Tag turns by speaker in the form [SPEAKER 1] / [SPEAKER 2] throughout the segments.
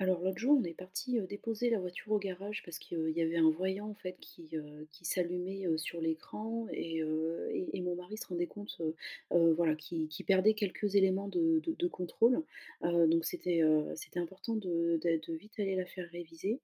[SPEAKER 1] Alors l'autre jour, on est parti, déposer la voiture au garage parce qu'il y avait un voyant en fait qui s'allumait, sur l'écran et mon mari se rendait compte, voilà, qui qu'il perdait quelques éléments de contrôle. Donc c'était, c'était important de vite aller la faire réviser.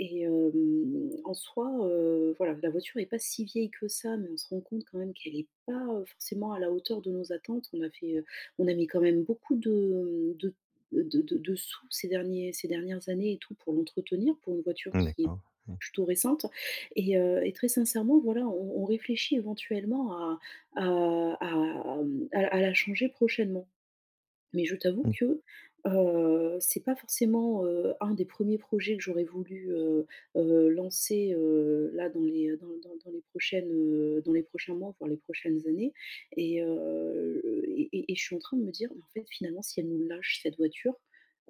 [SPEAKER 1] Et en soi, voilà, la voiture n'est pas si vieille que ça, mais on se rend compte quand même qu'elle n'est pas, forcément à la hauteur de nos attentes. On a fait, on a mis quand même beaucoup de de sous ces derniers ces dernières années et tout pour l'entretenir, pour une voiture
[SPEAKER 2] Mmh,
[SPEAKER 1] qui est
[SPEAKER 2] d'accord. Oui.
[SPEAKER 1] plutôt récente et très sincèrement, voilà, on réfléchit éventuellement à à, à la changer prochainement. Mais je t'avoue
[SPEAKER 2] Mmh.
[SPEAKER 1] que, c'est pas forcément, un des premiers projets que j'aurais voulu, lancer, là dans les, dans dans dans les prochaines, dans les prochains mois, voire les prochaines années et je suis en train de me dire: «Mais en fait, finalement, si elle nous lâche cette voiture,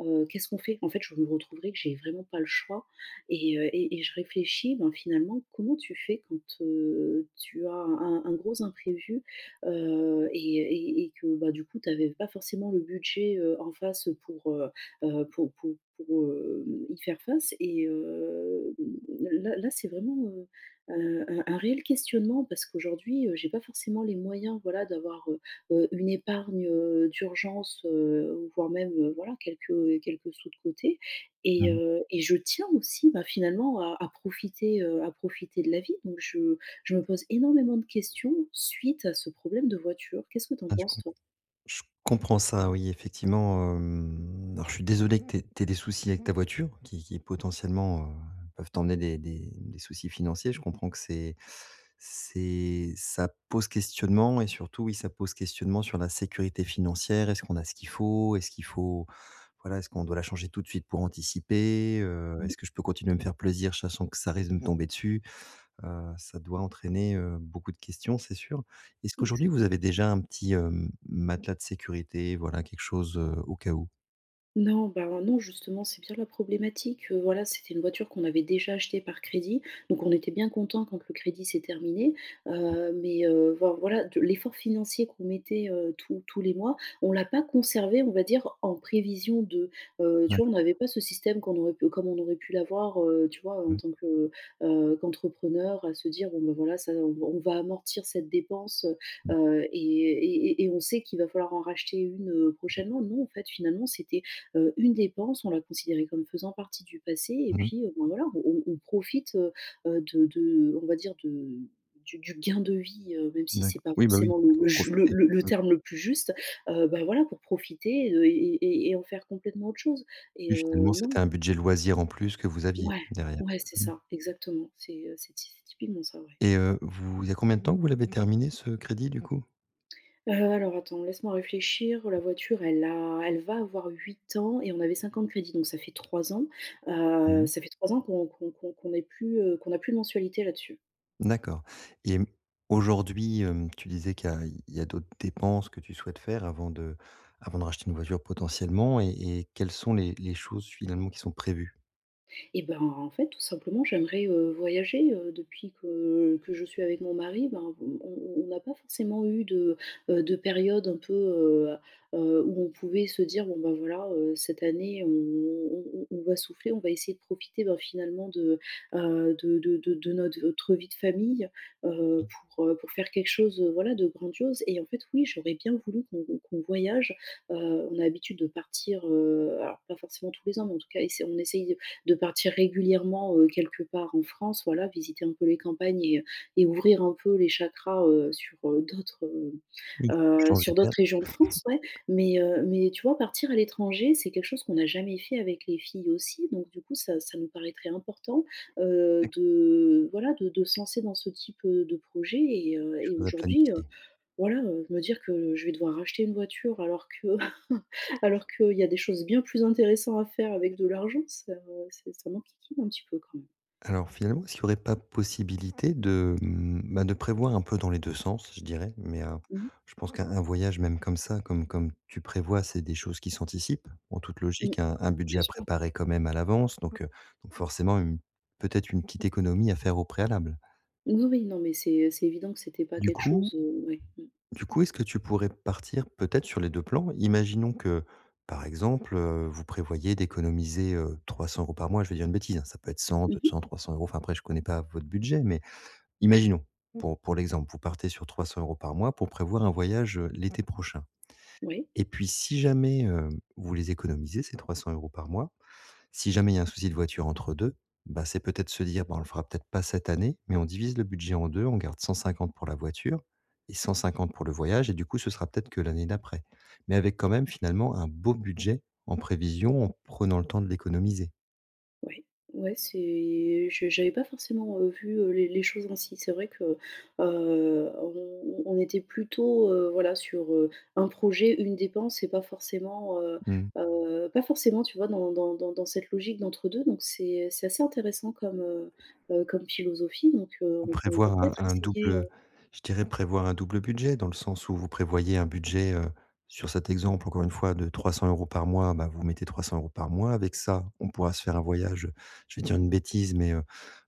[SPEAKER 1] qu'est-ce qu'on fait?» En fait, je me retrouverai que j'ai vraiment pas le choix et je réfléchis, ben, finalement, comment tu fais quand, tu as un gros imprévu, et que, bah, du coup, tu avais pas forcément le budget, en face pour pour y faire face et là, c'est vraiment, un réel questionnement parce qu'aujourd'hui, j'ai pas forcément les moyens, voilà, d'avoir, une épargne, d'urgence, voire même, voilà, quelques, quelques sous de côté et
[SPEAKER 2] Mmh.
[SPEAKER 1] heu et je tiens aussi, bah, finalement à profiter, à profiter de la vie, donc je me pose énormément de questions suite à ce problème de voiture. Qu'est-ce que tu en
[SPEAKER 2] Ah, je
[SPEAKER 1] penses,
[SPEAKER 2] com
[SPEAKER 1] toi?
[SPEAKER 2] Je comprends ça, oui, effectivement, alors je suis désolé que tu aies des soucis avec ta voiture qui potentiellement, peuvent t'emmener des soucis financiers. Je comprends que c'est ça pose questionnement et surtout, oui, ça pose questionnement sur la sécurité financière. Est-ce qu'on a ce qu'il faut? Voilà, est-ce qu'on doit la changer tout de suite pour anticiper?
[SPEAKER 1] Mmh,
[SPEAKER 2] Est-ce que je peux continuer à me faire plaisir sachant que ça risque de me tomber dessus? Ça doit entraîner, beaucoup de questions, c'est sûr. Est-ce qu'aujourd'hui vous
[SPEAKER 1] exact.
[SPEAKER 2] avez déjà un petit, matelas de sécurité, voilà, quelque chose, au cas où?
[SPEAKER 1] Non, ben, non, justement, c'est bien la problématique, voilà, c'était une voiture qu'on avait déjà achetée par crédit, donc on était bien content quand le crédit s'est terminé, mais voilà, de l'effort financier qu'on mettait, tous les mois, on l'a pas conservé, on va dire, en prévision de. Tu vois,
[SPEAKER 2] D'acc
[SPEAKER 1] on n'avait pas ce système qu'on aurait pu comme on aurait pu l'avoir, tu vois, en
[SPEAKER 2] Mmh,
[SPEAKER 1] tant que, qu'entrepreneur, à se dire: «Bon, ben, voilà, ça, on va amortir cette dépense, heu
[SPEAKER 2] bien sûr.
[SPEAKER 1] et et et et on sait qu'il va falloir en racheter une, prochainement». Non, en fait, finalement, c'était une dépense, on l'a considérée comme faisant partie du passé et
[SPEAKER 2] Mmh,
[SPEAKER 1] puis, ben, voilà, on profite, de on va dire de du gain de vie, même si c'est pas
[SPEAKER 2] oui, bah, oui,
[SPEAKER 1] forcément le
[SPEAKER 2] pour
[SPEAKER 1] le ju le
[SPEAKER 2] profiter.
[SPEAKER 1] le le
[SPEAKER 2] Mmh,
[SPEAKER 1] terme le plus juste, bah, voilà, pour profiter, et en faire complètement autre chose
[SPEAKER 2] oui, finalement, c'était
[SPEAKER 1] non,
[SPEAKER 2] un budget loisir en plus que vous aviez
[SPEAKER 1] ouais,
[SPEAKER 2] derrière.
[SPEAKER 1] ouais, c'est
[SPEAKER 2] Mmh.
[SPEAKER 1] ça, exactement, c'est ty c'est typiquement ça, ouais.
[SPEAKER 2] Et vous il y a combien de temps que vous l'avez terminé ce crédit du coup?
[SPEAKER 1] Alors attends, laisse-moi réfléchir. La voiture, elle va avoir 8 ans et on avait 5 ans de crédit, donc ça fait 3 ans.
[SPEAKER 2] Mmh.
[SPEAKER 1] Ça fait 3 ans qu'on est plus, qu'on a plus de mensualité là-dessus.
[SPEAKER 2] D'accord. Et aujourd'hui, tu disais qu'il y a d'autres dépenses que tu souhaites faire avant de racheter une voiture potentiellement et quelles sont les choses finalement qui sont prévues?
[SPEAKER 1] Et ben, en fait, tout simplement, j'aimerais, voyager, depuis que je suis avec mon mari, ben, on n'a pas forcément eu de période un peu, où on pouvait se dire: «Bon, ben, voilà, cette année, on va souffler, on va essayer de profiter, ben, finalement de, de notre vie de famille, heu, pour faire quelque chose, voilà, de grandiose», et en fait, oui, j'aurais bien voulu qu'on voyage. On a l'habitude de partir, alors pas forcément tous les ans, mais en tout cas, essa on essaye de partir régulièrement, quelque part en France, voilà, visiter un peu les campagnes et ouvrir un peu les chakras, sur, d'autres,
[SPEAKER 2] Oui. Changer
[SPEAKER 1] sur
[SPEAKER 2] d'air,
[SPEAKER 1] d'autres régions de France, ouais. Mais tu vois, partir à l'étranger, c'est quelque chose qu'on n'a jamais fait avec les filles aussi, donc du coup, ça nous paraîtrait important,
[SPEAKER 2] d'accord,
[SPEAKER 1] de voilà, de se lancer dans ce type, de projet et
[SPEAKER 2] des
[SPEAKER 1] heu et
[SPEAKER 2] choses à
[SPEAKER 1] aujourd'hui,
[SPEAKER 2] planifier.
[SPEAKER 1] voilà, me dire que je vais devoir racheter une voiture alors que alors qu'il y a des choses bien plus intéressantes à faire avec de l'argent, ça c'est ça m'enquiquine un petit peu quand même.
[SPEAKER 2] Alors finalement, est-ce qu'il y aurait pas possibilité de, mmh, bah, de prévoir un peu dans les 2 sens, je dirais, mais
[SPEAKER 1] Mmh mh.
[SPEAKER 2] je pense qu'un voyage même comme ça, comme tu prévois, c'est des choses qui s'anticipent, en toute
[SPEAKER 1] Mmh.
[SPEAKER 2] logique, un budget
[SPEAKER 1] Bien
[SPEAKER 2] à
[SPEAKER 1] sûr.
[SPEAKER 2] préparer quand même à l'avance, donc forcément une peut-être une petite économie à faire au préalable.
[SPEAKER 1] Oui, oui, non, mais c'est évident que c'était pas
[SPEAKER 2] Du
[SPEAKER 1] quelque
[SPEAKER 2] coup
[SPEAKER 1] chose, ouais. Mmh.
[SPEAKER 2] du coup, est-ce que tu pourrais partir peut-être sur les 2 plans? Imaginons que, par exemple, vous prévoyez d'économiser, 300 € par mois, je vais dire une bêtise, hein, ça peut être
[SPEAKER 1] Mmh.
[SPEAKER 2] 100-200-300 euros. Enfin, après, je connais pas votre budget, mais imaginons, Mmh. Pour l'exemple, vous partez sur 300 € par mois pour prévoir un voyage, Mmh. l'été prochain
[SPEAKER 1] Oui.
[SPEAKER 2] et puis si jamais, vous les économisez, ces 300 € par mois, si jamais il y a un souci de voiture entre deux, bah, c'est peut-être se dire: «Bah, on le fera peut-être pas cette année, mais on divise le budget en deux, on garde 150 pour la voiture et 150 pour le voyage et du coup, ce sera peut-être que l'année d'après». Mais avec quand même finalement un beau budget en prévision, en prenant le temps de l'économiser.
[SPEAKER 1] Ouais, ouais, c'est je j'avais pas forcément, vu, les choses ainsi. C'est vrai que, on était plutôt, voilà, sur, un projet, une dépense et pas forcément,
[SPEAKER 2] Mmh.
[SPEAKER 1] pas forcément, tu vois, dans dans cette logique d'entre-deux, donc c'est assez intéressant comme, comme philosophie, donc on
[SPEAKER 2] Ou
[SPEAKER 1] peut on peut
[SPEAKER 2] Prévoir
[SPEAKER 1] peut-être
[SPEAKER 2] un
[SPEAKER 1] essayer,
[SPEAKER 2] double Je dirais prévoir un double budget dans le sens où vous prévoyez un budget, sur cet exemple encore une fois de 300 € par mois, bah, vous mettez 300 € par mois. Avec ça, on pourra se faire un voyage, je vais dire une bêtise, mais, heu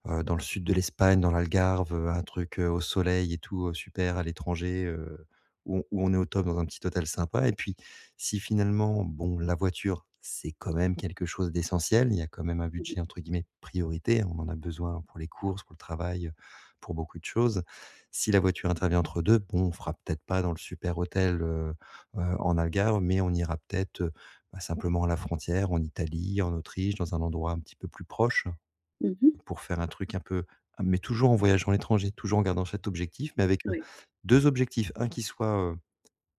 [SPEAKER 2] heu, dans le sud de l'Espagne, dans l'Algarve, un truc, au soleil et tout, super à l'étranger, où on est au top dans un petit hôtel sympa et puis si finalement, bon, la voiture, c'est quand même quelque chose d'essentiel, il y a quand même un
[SPEAKER 1] mmh mh.
[SPEAKER 2] budget entre guillemets «priorité», hein. On en a besoin pour les courses, pour le travail, pour beaucoup de choses. Si la voiture intervient entre 2, bon, on fera peut-être pas dans le super hôtel, en Algarve, mais on ira peut-être, bah, simplement à la frontière, en Italie, en Autriche, dans un endroit un petit peu plus proche
[SPEAKER 1] Mmh.
[SPEAKER 2] pour faire un truc un peu, mais toujours en voyageant à l'étranger, toujours en gardant cet objectif, mais avec,
[SPEAKER 1] Ouais.
[SPEAKER 2] 2 objectifs. Un qui soit,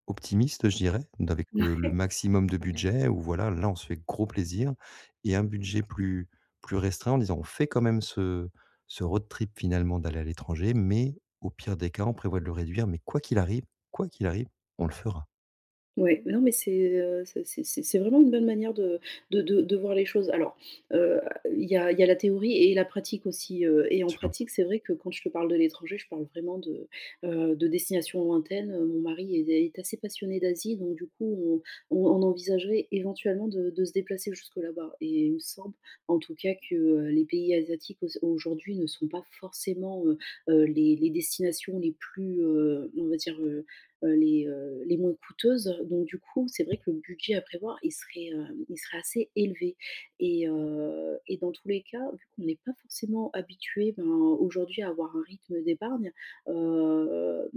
[SPEAKER 2] optimiste, je dirais, avec le maximum de budget où voilà, là, on se fait gros plaisir et un budget plus restreint en disant: «On fait quand même ce road trip finalement d'aller à l'étranger, mais au pire des cas, on prévoit de le réduire, mais quoi qu'il arrive, quoi qu'il arrive, on le fera».
[SPEAKER 1] Ouais, mais non, mais c'est, c'est c'est vraiment une bonne manière de de voir les choses. Alors, heu, il y a la théorie et la pratique aussi, et en
[SPEAKER 2] Bien sûr.
[SPEAKER 1] pratique, c'est vrai que quand je te parle de l'étranger, je parle vraiment de destinations lointaines. Mon mari est assez passionné d'Asie, donc du coup, on envisagerait éventuellement de se déplacer jusque là-bas, et il me semble, en tout cas, que, les pays asiatiques auss aujourd'hui ne sont pas forcément, les destinations les plus, on va dire, les moins coûteuses. Donc du coup, c'est vrai que le budget à prévoir, il serait assez élevé et dans tous les cas, vu qu'on n'est pas forcément habitué, ben, aujourd'hui à avoir un rythme d'épargne, heu,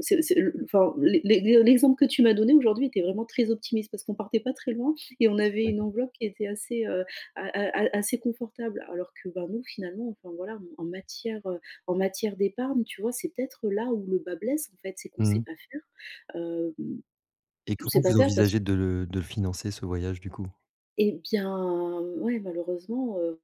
[SPEAKER 1] c'est le enfin, l'exemple que tu m'as donné aujourd'hui était vraiment très optimiste parce qu'on partait pas très loin et on avait une
[SPEAKER 2] D'acc
[SPEAKER 1] enveloppe qui était assez, a a a assez confortable. Alors que, ben, nous finalement, enfin voilà, en en matière d'épargne, tu vois, c'est peut-être là où le bât blesse en fait, c'est qu'on sait
[SPEAKER 2] Mmh.
[SPEAKER 1] pas faire. Hem,
[SPEAKER 2] Et
[SPEAKER 1] on ne
[SPEAKER 2] comment
[SPEAKER 1] sait pas
[SPEAKER 2] vous
[SPEAKER 1] faire parce
[SPEAKER 2] envisagez
[SPEAKER 1] que
[SPEAKER 2] de le financer ce voyage du coup?
[SPEAKER 1] eh bien, ouais, malheureusement,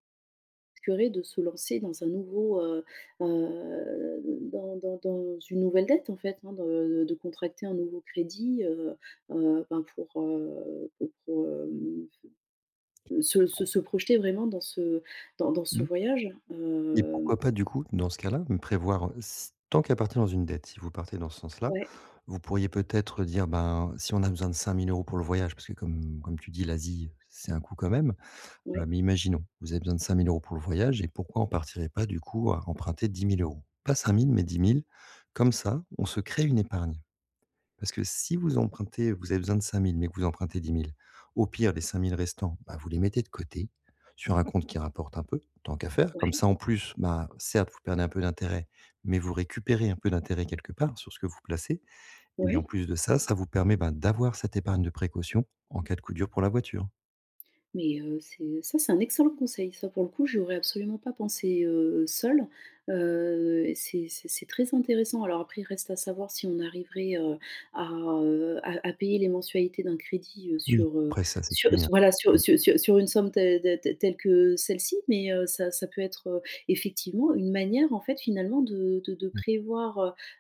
[SPEAKER 1] risquerait de se lancer dans un nouveau, heu, dans une nouvelle dette, en fait, hein, de contracter un nouveau crédit, ben, pour pour se projeter vraiment dans ce dans dans ce
[SPEAKER 2] Mmh.
[SPEAKER 1] voyage.
[SPEAKER 2] Et pourquoi pas du coup, dans ce cas-là, me prévoir s tant qu'à partir dans une dette, si vous partez dans ce sens-là,
[SPEAKER 1] Ouais,
[SPEAKER 2] vous pourriez peut-être dire: «Ben, si on a besoin de 5 000 € pour le voyage», parce que comme tu dis, l'Asie, c'est un coût quand même,
[SPEAKER 1] ouais,
[SPEAKER 2] mais imaginons, vous avez besoin de 5 000 € pour le voyage et pourquoi on partirait pas du coup à emprunter 10 000 €? Pas 5 000 mais 10 000, comme ça, on se crée une épargne. Parce que si vous empruntez, vous avez besoin de cinq mille, mais que vous empruntez 10 000, au pire, les 5 000 restants, bah, vous les mettez de côté sur un compte qui rapporte un peu, tant qu'à faire. Comme
[SPEAKER 1] ouais,
[SPEAKER 2] ça, en plus, bah, certes, vous perdez un peu d'intérêt, mais vous récupérez un peu d'intérêt quelque part sur ce que vous placez et en
[SPEAKER 1] ouais.
[SPEAKER 2] plus de ça, ça vous permet, bah, d'avoir cette épargne de précaution en cas de coup dur pour la voiture.
[SPEAKER 1] Mais c'est ça, c'est un excellent conseil. Ça, pour le coup, j'y aurais absolument pas pensé, seule. C'est très intéressant. Alors après, il reste à savoir si on arriverait, à, à payer les mensualités d'un crédit,
[SPEAKER 2] Oui,
[SPEAKER 1] sur,
[SPEAKER 2] après ça, c'est
[SPEAKER 1] sur su
[SPEAKER 2] une
[SPEAKER 1] voilà,
[SPEAKER 2] oui.
[SPEAKER 1] sur une somme te de te telle que celle-ci. Mais ça ça peut être, effectivement une manière, en fait, finalement, de prévoir,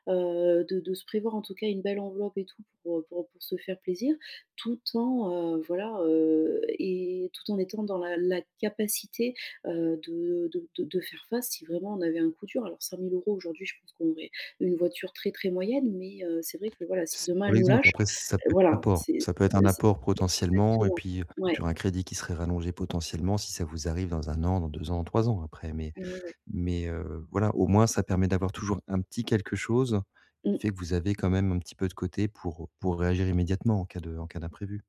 [SPEAKER 1] de se prévoir, en tout cas, une belle enveloppe et tout pour, pour se faire plaisir tout en, voilà, et tout en étant dans la la capacité, de de faire face si vraiment on avait un coup dur. Alors cinq mille euros aujourd'hui, je pense qu'on aurait une voiture très, très moyenne, mais c'est vrai que voilà, si
[SPEAKER 2] C'est
[SPEAKER 1] demain
[SPEAKER 2] pour
[SPEAKER 1] elle nous
[SPEAKER 2] l'exemple.
[SPEAKER 1] lâche,
[SPEAKER 2] Après, ça peut être un
[SPEAKER 1] voilà,
[SPEAKER 2] apport. Ça peut être un
[SPEAKER 1] c'est
[SPEAKER 2] apport potentiellement et
[SPEAKER 1] exactement.
[SPEAKER 2] puis,
[SPEAKER 1] Ouais,
[SPEAKER 2] sur un crédit qui serait rallongé potentiellement si ça vous arrive dans un an, dans 2 ans, 3 ans après. Mais
[SPEAKER 1] ouais, ouais.
[SPEAKER 2] voilà, au moins ça permet d'avoir toujours un petit quelque chose, qui fait
[SPEAKER 1] Mmh.
[SPEAKER 2] que vous avez quand même un petit peu de côté pour réagir immédiatement en cas d'imprévu.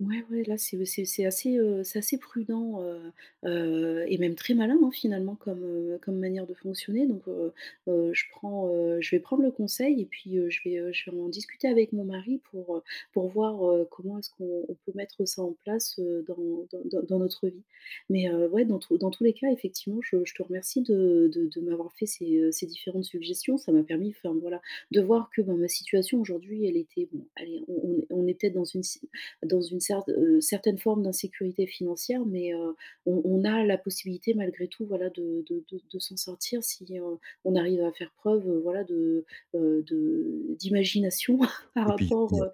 [SPEAKER 1] Ouais, ouais, là, c'est assez prudent, et même très malin, hein, finalement, comme, comme manière de fonctionner. Donc, je prends, je vais prendre le conseil et puis, je vais en discuter avec mon mari pour voir, comment est-ce qu'on peut mettre ça en place, dans dans notre vie. Mais, ouais, dans tous les cas, effectivement, je te remercie de m'avoir fait ces, ces différentes suggestions. Ça m'a permis, enfin, voilà, de voir que, ben, ma situation aujourd'hui, elle était bon, allez, on est peut-être dans une si dans une certaine forme d'insécurité financière, mais on a la possibilité malgré tout, voilà, de s'en sortir si, on arrive à faire preuve, voilà, de, d'imagination par
[SPEAKER 2] Et puis il y
[SPEAKER 1] rapport,
[SPEAKER 2] a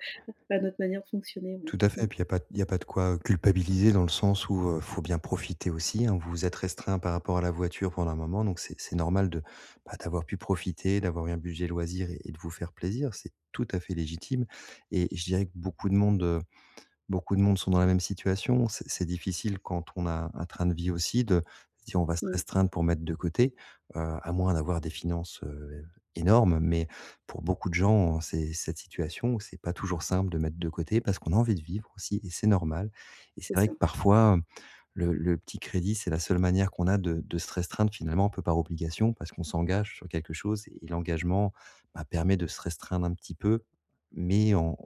[SPEAKER 1] à notre manière de fonctionner, ouais.
[SPEAKER 2] Tout à fait. Et
[SPEAKER 1] Mmh,
[SPEAKER 2] puis il y a pas de quoi culpabiliser dans le sens où, faut bien profiter aussi, hein. Vous vous êtes restreint par rapport à la voiture pendant un moment, donc c'est normal de, bah, d'avoir pu profiter, d'avoir eu un budget loisir et de vous faire plaisir. C'est tout à fait légitime et je dirais que beaucoup de monde, sont dans la même situation. C'est difficile quand on a un train de vie aussi de se dire: «On va se
[SPEAKER 1] mmh,
[SPEAKER 2] restreindre pour mettre de côté», à moins d'avoir des finances, énormes. Mais pour beaucoup de gens, c'est cette situation où c'est pas toujours simple de mettre de côté parce qu'on a envie de vivre aussi, et c'est normal, et c'est
[SPEAKER 1] c'est
[SPEAKER 2] vrai
[SPEAKER 1] ça.
[SPEAKER 2] que parfois le petit crédit, c'est la seule manière qu'on a de se restreindre finalement un peu par obligation parce qu'on s'engage sur quelque chose et l'engagement, bah, permet de se restreindre un petit peu, mais en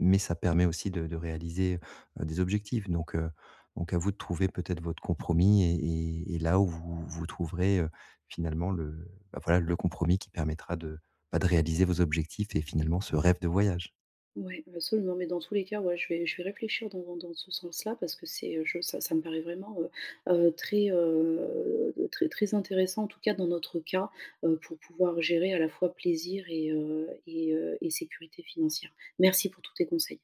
[SPEAKER 2] mais ça permet aussi de réaliser, des objectifs. Donc à vous de trouver peut-être votre compromis et là où vous vous trouverez, finalement le, bah, voilà, le compromis qui permettra de, bah, de réaliser vos objectifs et finalement ce rêve de voyage.
[SPEAKER 1] Ouais, absolument, mais dans tous les cas, ouais, je vais réfléchir dans ce sens-là parce que c'est, je ça ça me paraît vraiment, très, très très intéressant, en tout cas dans notre cas, pour pouvoir gérer à la fois plaisir et sécurité financière. Merci pour tous tes conseils.